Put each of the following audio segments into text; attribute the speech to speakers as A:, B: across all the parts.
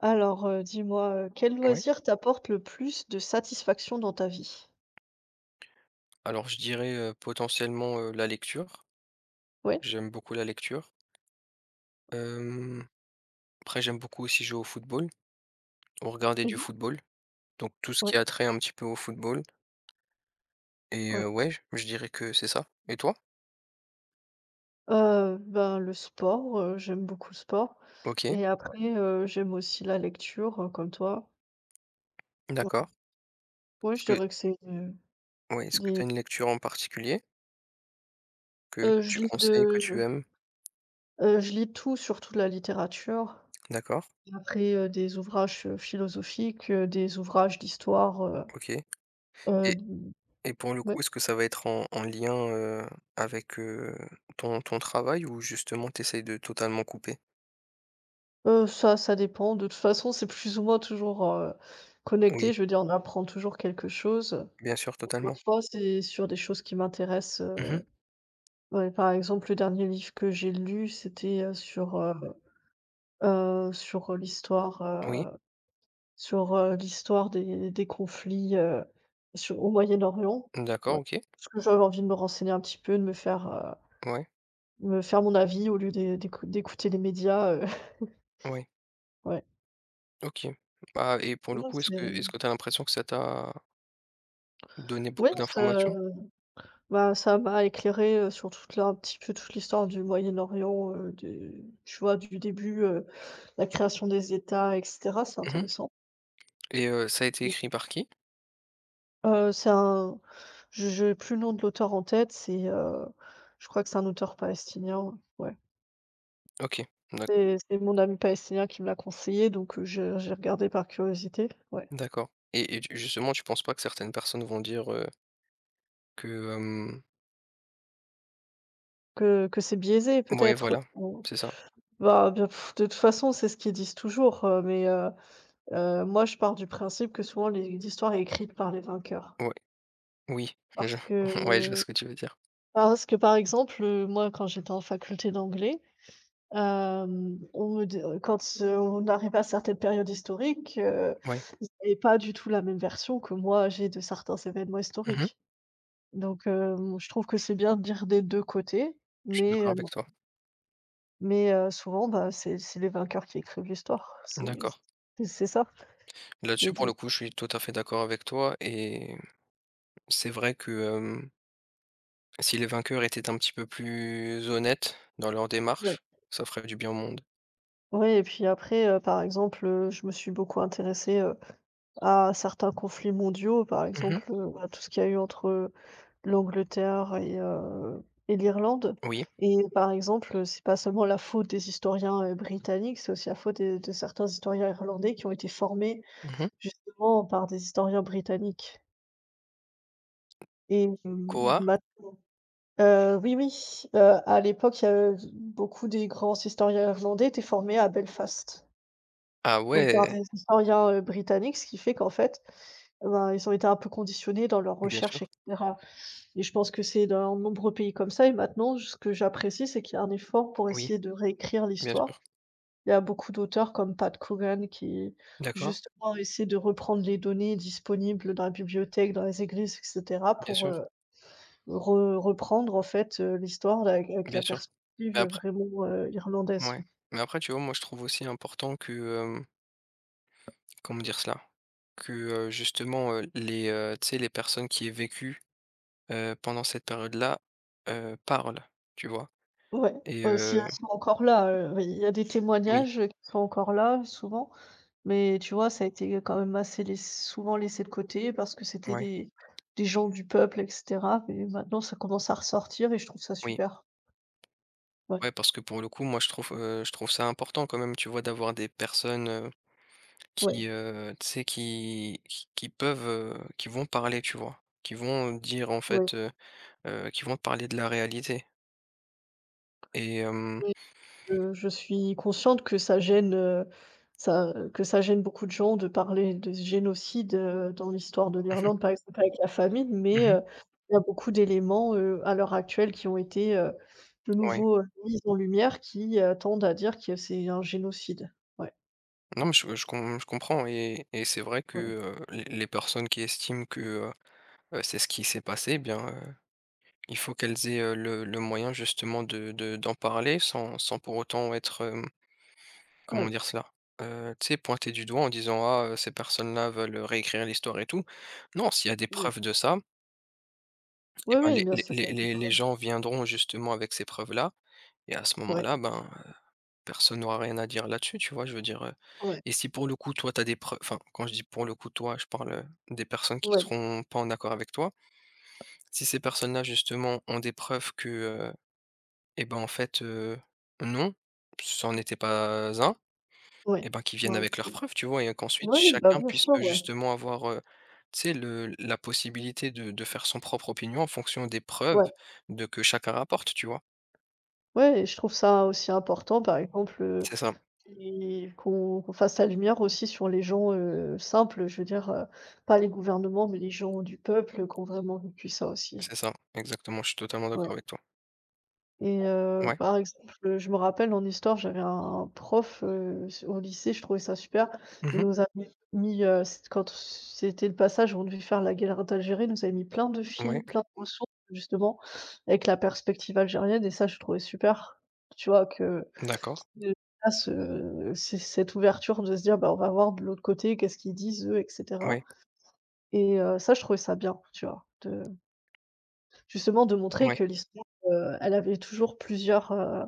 A: Alors, dis-moi, quel
B: Ouais.
A: loisir t'apporte le plus de satisfaction dans ta vie?
B: Alors je dirais, potentiellement, la lecture.
A: Ouais.
B: J'aime beaucoup la lecture. Hem, après j'aime beaucoup aussi jouer au football ou regarder
A: Mmh
B: du
A: mh.
B: football, donc tout ce qui
A: Ouais,
B: a trait un petit peu au football et
A: ouais.
B: ouais, j je dirais que c'est ça. Et toi?
A: Ben, le sport, j'aime beaucoup le sport
B: OK,
A: et après, j'aime aussi la lecture, comme toi. Ouais,
B: d'accord.
A: ouais,
B: Est-ce
A: je
B: que
A: dirais que c'est,
B: ouais, est-ce que tu as
A: des
B: une lecture en particulier que que
A: je
B: tu
A: lis de
B: conseilles, que tu aimes?
A: je lis tout, surtout de la littérature.
B: D'accord,
A: Et après, des ouvrages, philosophiques, des ouvrages d'histoire,
B: OK, et
A: heu,
B: et pour le
A: ouais.
B: coup, est-ce que ça va être en lien, avec, ton travail ou justement tu essayes de totalement couper?
A: Ça ça dépend. De toute façon, c'est plus ou moins toujours,
B: Oui,
A: connecté. Je veux dire, on apprend toujours quelque chose.
B: bien sûr, totalement.
A: Parfois, c'est sur des choses qui m'intéressent,
B: Mmh.
A: ouais, par exemple, le dernier livre que j'ai lu, c'était, sur, sur, l'histoire,
B: Oui.
A: sur, l'histoire des conflits, sur au Moyen-Orient.
B: D'accord,
A: Ouais.
B: OK.
A: Parce que j'avais envie de me renseigner un petit peu, de
B: Ouais,
A: me faire mon avis au lieu d'écouter les médias,
B: ouais,
A: ouais.
B: OK. Bah, et pour le
A: Non,
B: coup, est-ce
A: c'est
B: que tu as l'impression que ça t'a donné
A: ouais,
B: beaucoup
A: ça
B: d'informations?
A: Bah, ça m'a éclairé, sur toute la un petit peu toute l'histoire du Moyen-Orient, de tu vois, du début, la création des États et cetera, c'est
B: Mmh,
A: intéressant.
B: et ça a été
A: Donc,
B: écrit par qui?
A: c'est un, je j'ai plus le nom de l'auteur en tête, c'est, je crois que c'est un auteur palestinien, ouais.
B: OK, d'accord,
A: C'est mon ami palestinien qui me l'a conseillé, donc, je j'ai regardé par curiosité, ouais.
B: d'accord, et tu justement, tu penses pas que certaines personnes vont dire, que, hem
A: Que c'est biaisé
B: ouais,
A: peut-être,
B: voilà,
A: on
B: c'est ça.
A: bah, de toute façon, c'est ce qu'ils disent toujours, mais, moi, je pars du principe que souvent les l'histoire est écrite par les vainqueurs.
B: Ouais, oui,
A: Parce
B: je ouais, je vois
A: que
B: ce que tu veux dire.
A: parce que, par exemple, moi, quand j'étais en faculté d'anglais, on me di quand on arrivait à certaines périodes historiques,
B: Ouais.
A: ils avaient pas du tout la même version que moi j'ai de certains événements
B: Mmh.
A: historiques. Donc, je trouve que c'est bien de dire des 2 côtés,
B: Je suis
A: mais,
B: d'accord
A: heu,
B: avec toi.
A: mais, souvent, bah, c'est les vainqueurs qui écrivent l'histoire. C'est
B: D'accord.
A: c'est c'est ça, je me
B: Là-dessus, pour
A: dis.
B: le coup, je suis tout à fait d'accord avec toi, et c'est vrai que, si les vainqueurs étaient un petit peu plus honnêtes dans leur
A: Ouais.
B: démarche, ça ferait du bien au monde.
A: Oui et puis après, par exemple, je me suis beaucoup intéressée, à certains conflits mondiaux, par
B: Mmh.
A: exemple, bah, tout ce qu'il y a eu entre l'Angleterre et l'Irlande
B: Oui.
A: et par exemple, c'est pas seulement la faute des historiens, britanniques, c'est aussi la faute des de certains historiens irlandais qui ont été formés
B: Mmh.
A: justement par des historiens britanniques et mmh,
B: Koa?
A: mat oui, oui, à l'époque, il y a eu beaucoup des grands historiens irlandais étaient formés à Belfast.
B: Ah
A: Donc par
B: ouais!
A: des historiens, britanniques, ce qui fait qu'en fait, eh ben, ils ont été un peu conditionnés dans leurs
B: Bien sûr.
A: recherches et cetera et je pense que c'est dans de nombreux pays comme ça et maintenant ce que j'apprécie, c'est qu'il y a un effort pour
B: Oui,
A: essayer de réécrire
B: bien
A: l'histoire.
B: sûr.
A: Il y a beaucoup d'auteurs comme Pat Coogan qui
B: D'accord.
A: justement essaient de reprendre les données disponibles dans la bibliothèque, dans les églises et cetera
B: Bien
A: pour,
B: sûr,
A: re reprendre en fait, l'histoire avec
B: bien
A: la
B: sûr. Mais
A: perspective
B: après.
A: vraiment, irlandaise.
B: Ouais. Mais après, tu vois, moi, je trouve aussi important que, comment dire cela? Que, justement, les, tu sais, les personnes qui aient vécu, pendant cette période-là, parlent, tu vois?
A: Ouais,
B: Et
A: si elles sont encore là, oui, il y a des
B: oui,
A: témoignages qui sont encore là, souvent, mais tu vois, ça a été quand même assez laiss souvent laissé de côté parce que c'était
B: ouais,
A: des gens du peuple et cetera, mais maintenant ça commence à ressortir et je trouve ça
B: oui.
A: super. Ouais,
B: Ouais, parce que pour le coup, moi, je trouve ça important quand même, tu vois, d'avoir des personnes,
A: ouais,
B: qui, tu sais, qui peuvent, qui vont parler, tu vois? Qui vont dire en
A: ouais.
B: fait, qui vont te parler de la réalité et hem
A: Je suis consciente que ça gêne, ça que ça gêne beaucoup de gens de parler de ce génocide, dans l'histoire de
B: mmh,
A: l'Irlande, par exemple avec la famine,
B: mh,
A: mais
B: mmh,
A: il y a beaucoup d'éléments, à l'heure actuelle qui ont été, de
B: ouais.
A: nouveau, mis en lumière qui, tendent à dire que c'est un génocide. Ouais,
B: Non, mais je comprends et c'est vrai que,
A: ouais,
B: les personnes qui estiment que, c'est ce qui s'est passé, eh bien, il faut qu'elles aient, le moyen justement de d'en parler sans pour autant être, comment
A: ouais,
B: dire cela? Tu sais, pointées du doigt en disant: «Ah, ces personnes-là veulent réécrire l'histoire et tout». Non, s'il y a des
A: ouais.
B: preuves de ça. Et
A: Oui,
B: ben,
A: oui,
B: les
A: bien
B: les
A: sûr, il y a
B: les
A: des
B: les les
A: preuves.
B: gens viendront justement avec ces preuves-là, et à ce
A: Ouais,
B: moment-là, ben, personne n'aura rien à dire là-dessus, tu vois? Je veux dire,
A: ouais,
B: et si pour le coup, toi, tu as des preuves, enfin, quand je dis: «Pour le coup», toi, je parle, des personnes qui
A: ouais,
B: seront pas en accord avec toi. Si ces personnes-là, justement, ont des preuves que, et ben, en fait, non, ça en était pas un,
A: ouais,
B: et ben, qu'ils viennent
A: ouais,
B: avec leurs preuves, tu vois? Et qu'ensuite
A: ouais, bah,
B: chacun
A: bien
B: puisse,
A: sûr, ouais,
B: justement avoir, tu sais, le la possibilité de faire son propre opinion en fonction des preuves
A: ouais,
B: de que chacun rapporte, tu vois?
A: ouais et je trouve ça aussi important, par exemple,
B: C'est ça,
A: et qu'on fasse la lumière aussi sur les gens, simples, je veux dire, pas les gouvernements, mais les gens du peuple qui ont vraiment vécu ça aussi.
B: c'est ça, exactement, je suis totalement
A: Ouais.
B: d'accord avec toi.
A: Et
B: Ouais.
A: par exemple, je me rappelle en histoire, j'avais un prof, au lycée, je trouvais ça super. Il
B: Mmh.
A: nous a mis, c quand c'était le passage où on devait faire la guerre d'Algérie, il nous avait mis plein de films,
B: Ouais,
A: plein de ressources justement avec la perspective algérienne et ça, je trouvais super. Tu vois? Que
B: d'accord.
A: qu'il fasse, c cette ouverture de se dire : « Bah, on va voir de l'autre côté, qu'est-ce qu'ils disent eux ? » et cetera
B: Ouais,
A: et ça, je trouvais ça bien, tu vois? Justement de montrer
B: ouais,
A: que l'histoire, elle avait toujours plusieurs, heu,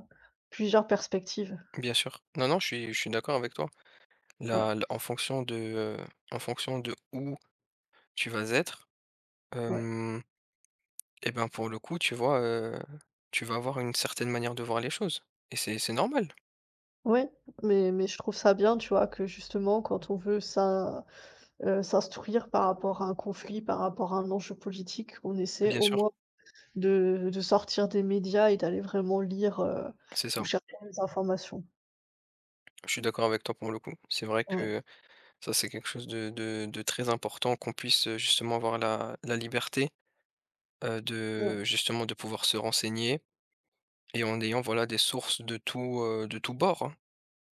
A: plusieurs perspectives.
B: bien sûr. Non, non, je suis d'accord avec toi.
A: Ouais,
B: Là, en fonction de où tu vas être,
A: ouais.
B: hem et ben, pour le coup, tu vois, tu vas avoir une certaine manière de voir les choses et c'est normal,
A: Ouais, mais je trouve ça bien, tu vois? Que justement quand on veut s'instruire par rapport à un conflit, par rapport à un enjeu politique, on essaie
B: bien
A: au
B: sûr,
A: moins de sortir des médias et d'aller vraiment lire,
B: c'est
A: ou
B: ça.
A: chercher les informations.
B: Je suis d'accord avec toi pour le coup. C'est vrai
A: Ouais,
B: que ça, c'est quelque chose de très important qu'on puisse, justement avoir la liberté,
A: ouais,
B: de justement de pouvoir se renseigner. Et en ayant voilà des sources de tout bord hein,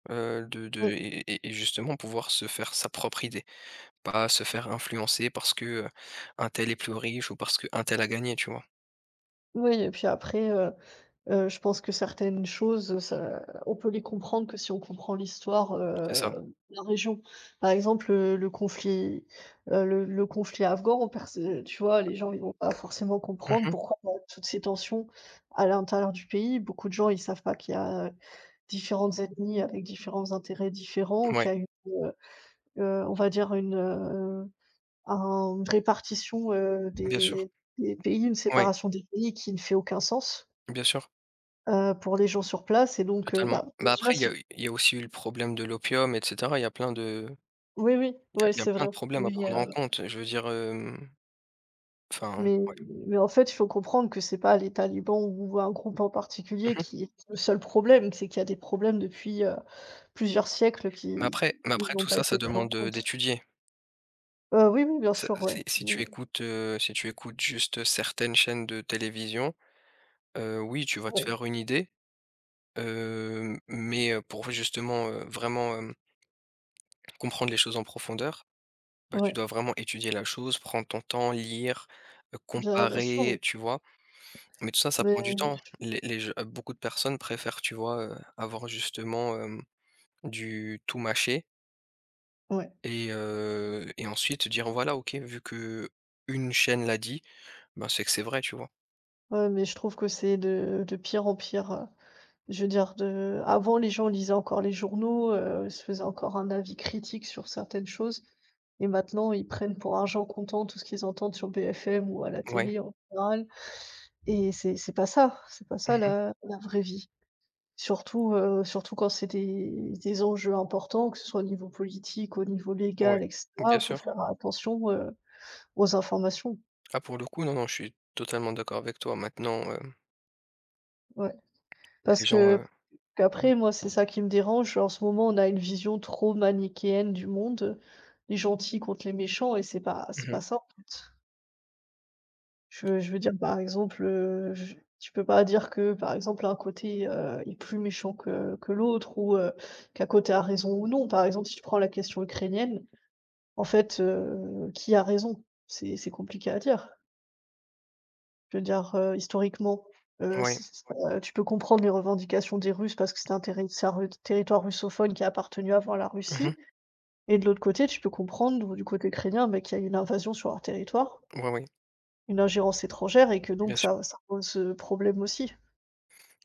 B: de
A: ouais.
B: et justement pouvoir se faire sa propre idée. Pas se faire influencer parce que, un tel est plus riche ou parce que un tel a gagné, tu vois?
A: Oui et puis après, je pense que certaines choses, ça on peut les comprendre que si on comprend l'histoire,
B: C'est ça.
A: de la région. Par exemple, le conflit, le conflit afghan, on perce tu vois, les gens, ils vont pas forcément comprendre
B: Mmh.
A: pourquoi il y a toutes ces tensions à l'intérieur du pays. Beaucoup de gens, ils savent pas qu'il y a différentes ethnies avec différents intérêts différents, qu'il
B: Ouais,
A: y a une, on va dire une, un une répartition,
B: bien sûr.
A: des pays, une
B: Ouais,
A: séparation des pays qui ne fait aucun sens.
B: bien sûr,
A: Pour les gens sur place et donc
B: totalement.
A: bah,
B: Bah,
A: déjà
B: après il y
A: si
B: a aussi eu le problème de l'opium et cetera. Il y a plein de
A: oui, oui, ouais,
B: il y a
A: c'est
B: plein
A: vrai,
B: de problèmes à
A: mais
B: prendre en compte. Je veux dire, enfin,
A: mais
B: ouais.
A: en fait, il faut comprendre que c'est pas les talibans ou un groupe en particulier
B: Mmh.
A: qui est le seul problème, c'est qu'il y a des problèmes depuis, plusieurs siècles
B: Mais
A: qui
B: après
A: qui n'ont
B: tout
A: pas
B: ça, ça
A: été pris en
B: demande,
A: compte.
B: d'étudier.
A: Oui, oui, bien
B: Ça,
A: sûr, ouais.
B: si tu
A: Mmh,
B: écoutes, si tu écoutes juste certaines chaînes de télévision, oui, tu vas te
A: ouais,
B: faire une idée, mais pour justement, vraiment, comprendre les choses en profondeur, bah, tu
A: ouais,
B: dois vraiment étudier la chose, prendre ton temps, lire,
A: bien bien sûr, oui,
B: comparer, tu vois? Mais tout ça, ça prend du temps.
A: mais
B: Les je beaucoup de personnes préfèrent, tu vois, avoir justement, du tout mâché
A: ouais,
B: et ensuite dire: «Voilà, OK, vu que une chaîne l'a dit, bah, c'est que c'est vrai», tu vois?
A: ouais, mais je trouve que c'est de pire en pire, je veux dire de avant les gens lisaient encore les journaux, se faisaient encore un avis critique sur certaines choses. Et maintenant, ils prennent pour argent comptant tout ce qu'ils entendent sur BFM ou à la
B: Ouais.
A: télé en général et c'est pas ça, c'est pas ça
B: Mmh.
A: la vraie vie. Surtout, surtout quand c'est des enjeux importants, que ce soit au niveau politique, au niveau
B: Ouais,
A: légal et cetera,
B: bien
A: il faut
B: sûr.
A: faire attention, aux informations.
B: Ah, pour le coup, non, non, je suis totalement d'accord avec toi. Maintenant,
A: Ouais.
B: les
A: Parce
B: gens,
A: que
B: ouais.
A: qu'après moi, c'est ça qui me dérange. En ce moment, on a une vision trop manichéenne du monde, les gentils contre les méchants et c'est pas c'est
B: Mmh.
A: pas ça, en fait. Je veux dire, par exemple, je tu peux pas dire que, par exemple, un côté, est plus méchant que l'autre ou, qu'un côté a raison ou non. Par exemple, si tu prends la question ukrainienne, en fait, qui a raison? C'est compliqué à dire. Je veux dire, historiquement,
B: Ouais.
A: c c Ouais. Tu peux comprendre les revendications des Russes parce que c'était un territoire russophone qui a appartenu avant à la
B: Mmh.
A: Russie et de l'autre côté, tu peux comprendre du côté ukrainien, mais qu'il y a eu une invasion sur leur territoire,
B: Ouais, ouais,
A: une ingérence étrangère et que donc
B: bien sûr.
A: ça ça pose, problème aussi.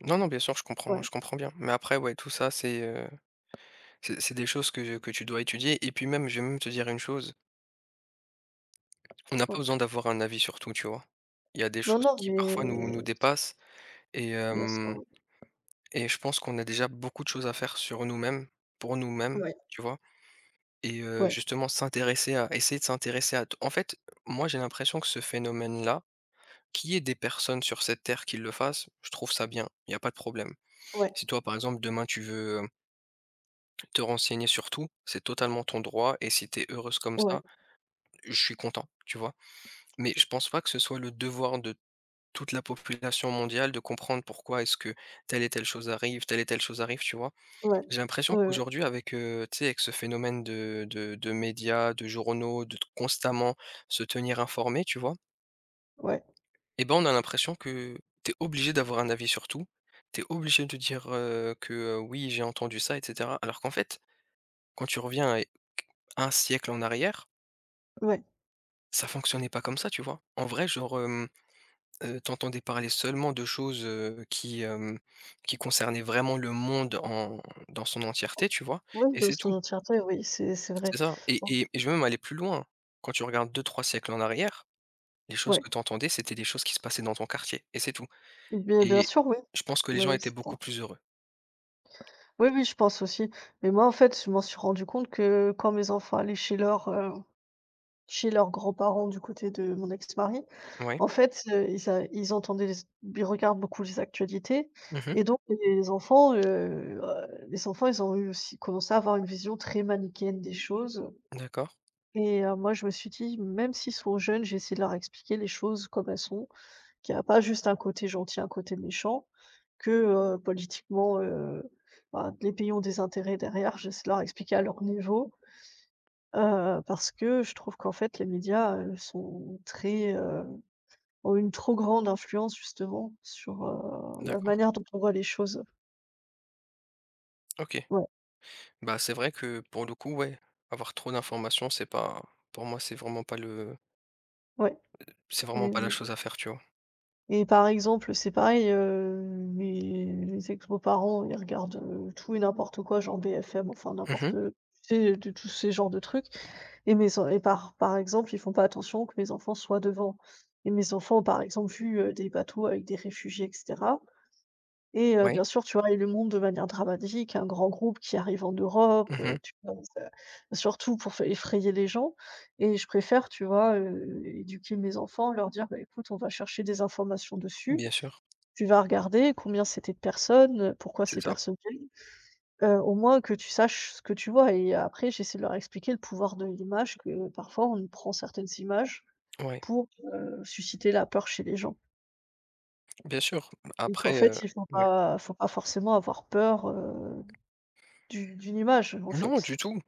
B: Non, non, bien sûr,
A: Ouais,
B: je comprends bien. Mais après, ouais, tout ça, c'est, c'est des choses que tu dois étudier et puis même, je vais même te dire une chose, on n'a pas
A: ouais.
B: besoin d'avoir un avis sur tout, tu vois? Il y a des
A: Non,
B: choses
A: non,
B: qui
A: mais
B: parfois nous dépassent et
A: bien sûr,
B: hem
A: oui.
B: et je pense qu'on a déjà beaucoup de choses à faire sur nous-mêmes, pour nous-mêmes,
A: Ouais,
B: tu vois? Et
A: ouais,
B: justement s'intéresser à essayer de s'intéresser à t en fait, moi j'ai l'impression que ce phénomène-là, qu'il y ait des personnes sur cette terre qui le fassent, je trouve ça bien, il y a pas de problème.
A: ouais,
B: Si toi, par exemple, demain tu veux, te renseigner sur tout, c'est totalement ton droit et si tu es heureuse comme
A: ouais,
B: ça, je suis content, tu vois? Mais je pense pas que ce soit le devoir de toute la population mondiale de comprendre pourquoi est-ce que telle et telle chose arrive, telle et telle chose arrive, tu vois?
A: ouais,
B: J'ai l'impression
A: ouais,
B: qu'aujourd'hui avec, tu sais, avec ce phénomène de médias, de journaux, de t constamment se tenir informé, tu vois?
A: ouais,
B: Et ben, on a l'impression que tu es obligé d'avoir un avis sur tout. Tu es obligé de dire, que, «Oui, j'ai entendu ça» et cetera. Alors qu'en fait, quand tu reviens et 1 siècle en arrière,
A: ouais,
B: ça fonctionnait pas comme ça, tu vois? En vrai, genre, tu parler seulement de choses, qui, qui concernaient vraiment le monde en dans son entièreté, tu vois?
A: oui,
B: Et
A: dans
B: c'est
A: son
B: tout.
A: entièreté, oui, c'est vrai.
B: C'est ça,
A: Oui,
B: et je vais même aller plus loin. Quand tu regardes deux trois siècles en arrière, les choses
A: ouais,
B: que tu entendais, c'était des choses qui se passaient dans ton quartier et c'est tout,
A: bien bien
B: et
A: sûr, oui.
B: je pense que les gens
A: Oui,
B: étaient
A: c'est ça.
B: beaucoup plus heureux.
A: Oui, oui, je pense aussi. Mais moi, en fait, je m'en suis rendu compte que quand mes enfants allaient chez leur chez leurs grands-parents du côté de mon ex-mari.
B: Ouais.
A: En fait, ils entendaient les ils regardent beaucoup les actualités
B: Mmh.
A: et donc les enfants, ils ont eu aussi commencé à avoir une vision très manichéenne des choses
B: D'accord,
A: et moi, je me suis dit : « Même s'ils sont jeunes, j'ai essayé de leur expliquer les choses comme elles sont, qu'il y a pas juste un côté gentil, un côté méchant, que, politiquement, bah, les pays ont des intérêts derrière ». J'essaie de leur expliquer à leur niveau, parce que je trouve qu'en fait, les médias, sont très, ont une trop grande influence justement sur, la
B: d'accord.
A: manière dont on voit les choses.
B: OK.
A: Ouais,
B: Bah, c'est vrai que pour le coup, ouais, avoir trop d'informations, c'est pas, pour moi, c'est vraiment pas le,
A: ouais
B: c'est vraiment
A: et
B: pas la
A: oui
B: chose à faire, tu vois?
A: et par exemple, c'est pareil, mes ex-beaux-parents, ils regardent, tout et n'importe quoi, genre BFM, enfin
B: Mhm.
A: n'importe tu sais, de tous ces genres de trucs et mes en et par exemple, ils font pas attention que mes enfants soient devant et mes enfants ont par exemple vu, des bateaux avec des réfugiés et cetera. Et
B: Ouais.
A: bien sûr, tu vois, il le montre de manière dramatique, un grand groupe qui arrive en Europe,
B: Mhm.
A: tu vois? Ça surtout pour f effrayer les gens et je préfère, tu vois, éduquer mes enfants, leur dire : « Bah, écoute, on va chercher des informations dessus,
B: Bien sûr,
A: tu vas regarder combien c'était de personnes, pourquoi
B: c'est
A: ces
B: ça.
A: personnes viennent », au moins que tu saches ce que tu vois et après j'essaie de leur expliquer le pouvoir de l'image, que parfois on prend certaines images
B: Ouais,
A: pour, susciter la peur chez les gens
B: bien sûr.
A: et qu'en
B: Après, heu
A: fait il faut pas forcément avoir peur, Du d'une image, en
B: non, du
A: fait.
B: tout,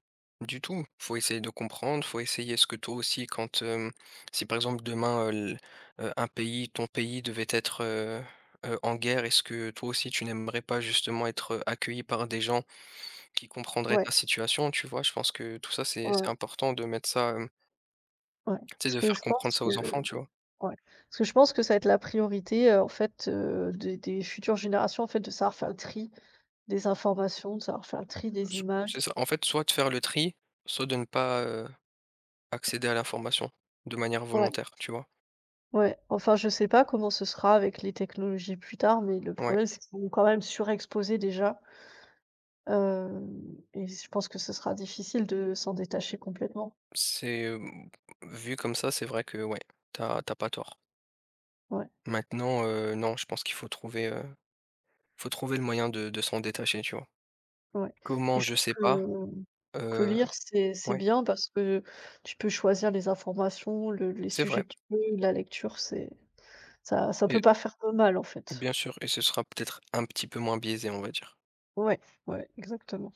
B: du tout. Faut essayer de comprendre, faut essayer ce que toi aussi, quand, si par exemple demain, l un pays, ton pays devait être, en guerre, est-ce que toi aussi tu n'aimerais pas justement être, accueilli par des gens qui comprendraient
A: Ouais,
B: ta situation, tu vois? Je pense que tout ça, c'est
A: ouais,
B: c'est
A: ouais,
B: important de mettre ça,
A: ouais.
B: tu sais,
A: Parce
B: de
A: que
B: faire
A: je pense
B: comprendre ça aux
A: que
B: enfants, tu vois?
A: ouais, parce que je pense que ça va être la priorité, en fait, des futures générations, en fait, de savoir faire le tri des informations, de savoir faire le tri des
B: S
A: images.
B: c'est ça, en fait, soit de faire le tri, soit de ne pas, accéder à l'information de manière
A: Ouais,
B: volontaire, tu vois?
A: ouais. Enfin, je sais pas comment ce sera avec les technologies plus tard, mais le
B: Ouais.
A: problème, c'est qu'ils vont quand même surexposer déjà, hem et je pense que ce sera difficile de s'en détacher complètement.
B: C'est, vu comme ça, c'est vrai que ouais, t'as pas tort.
A: Ouais.
B: Maintenant, non, je pense qu'il faut trouver le moyen de s'en détacher, tu vois?
A: Ouais et
B: Comment?
A: je
B: Je
A: trouve
B: sais pas,
A: que,
B: heu,
A: lire c'est
B: ouais,
A: bien parce que tu peux choisir les informations, le les
B: c'est
A: sujets
B: vrai,
A: que tu veux, la lecture c'est ça ça peut
B: et
A: pas faire de mal en fait.
B: bien sûr, et ce sera peut-être un petit peu moins biaisé, on va dire.
A: Ouais, ouais, exactement.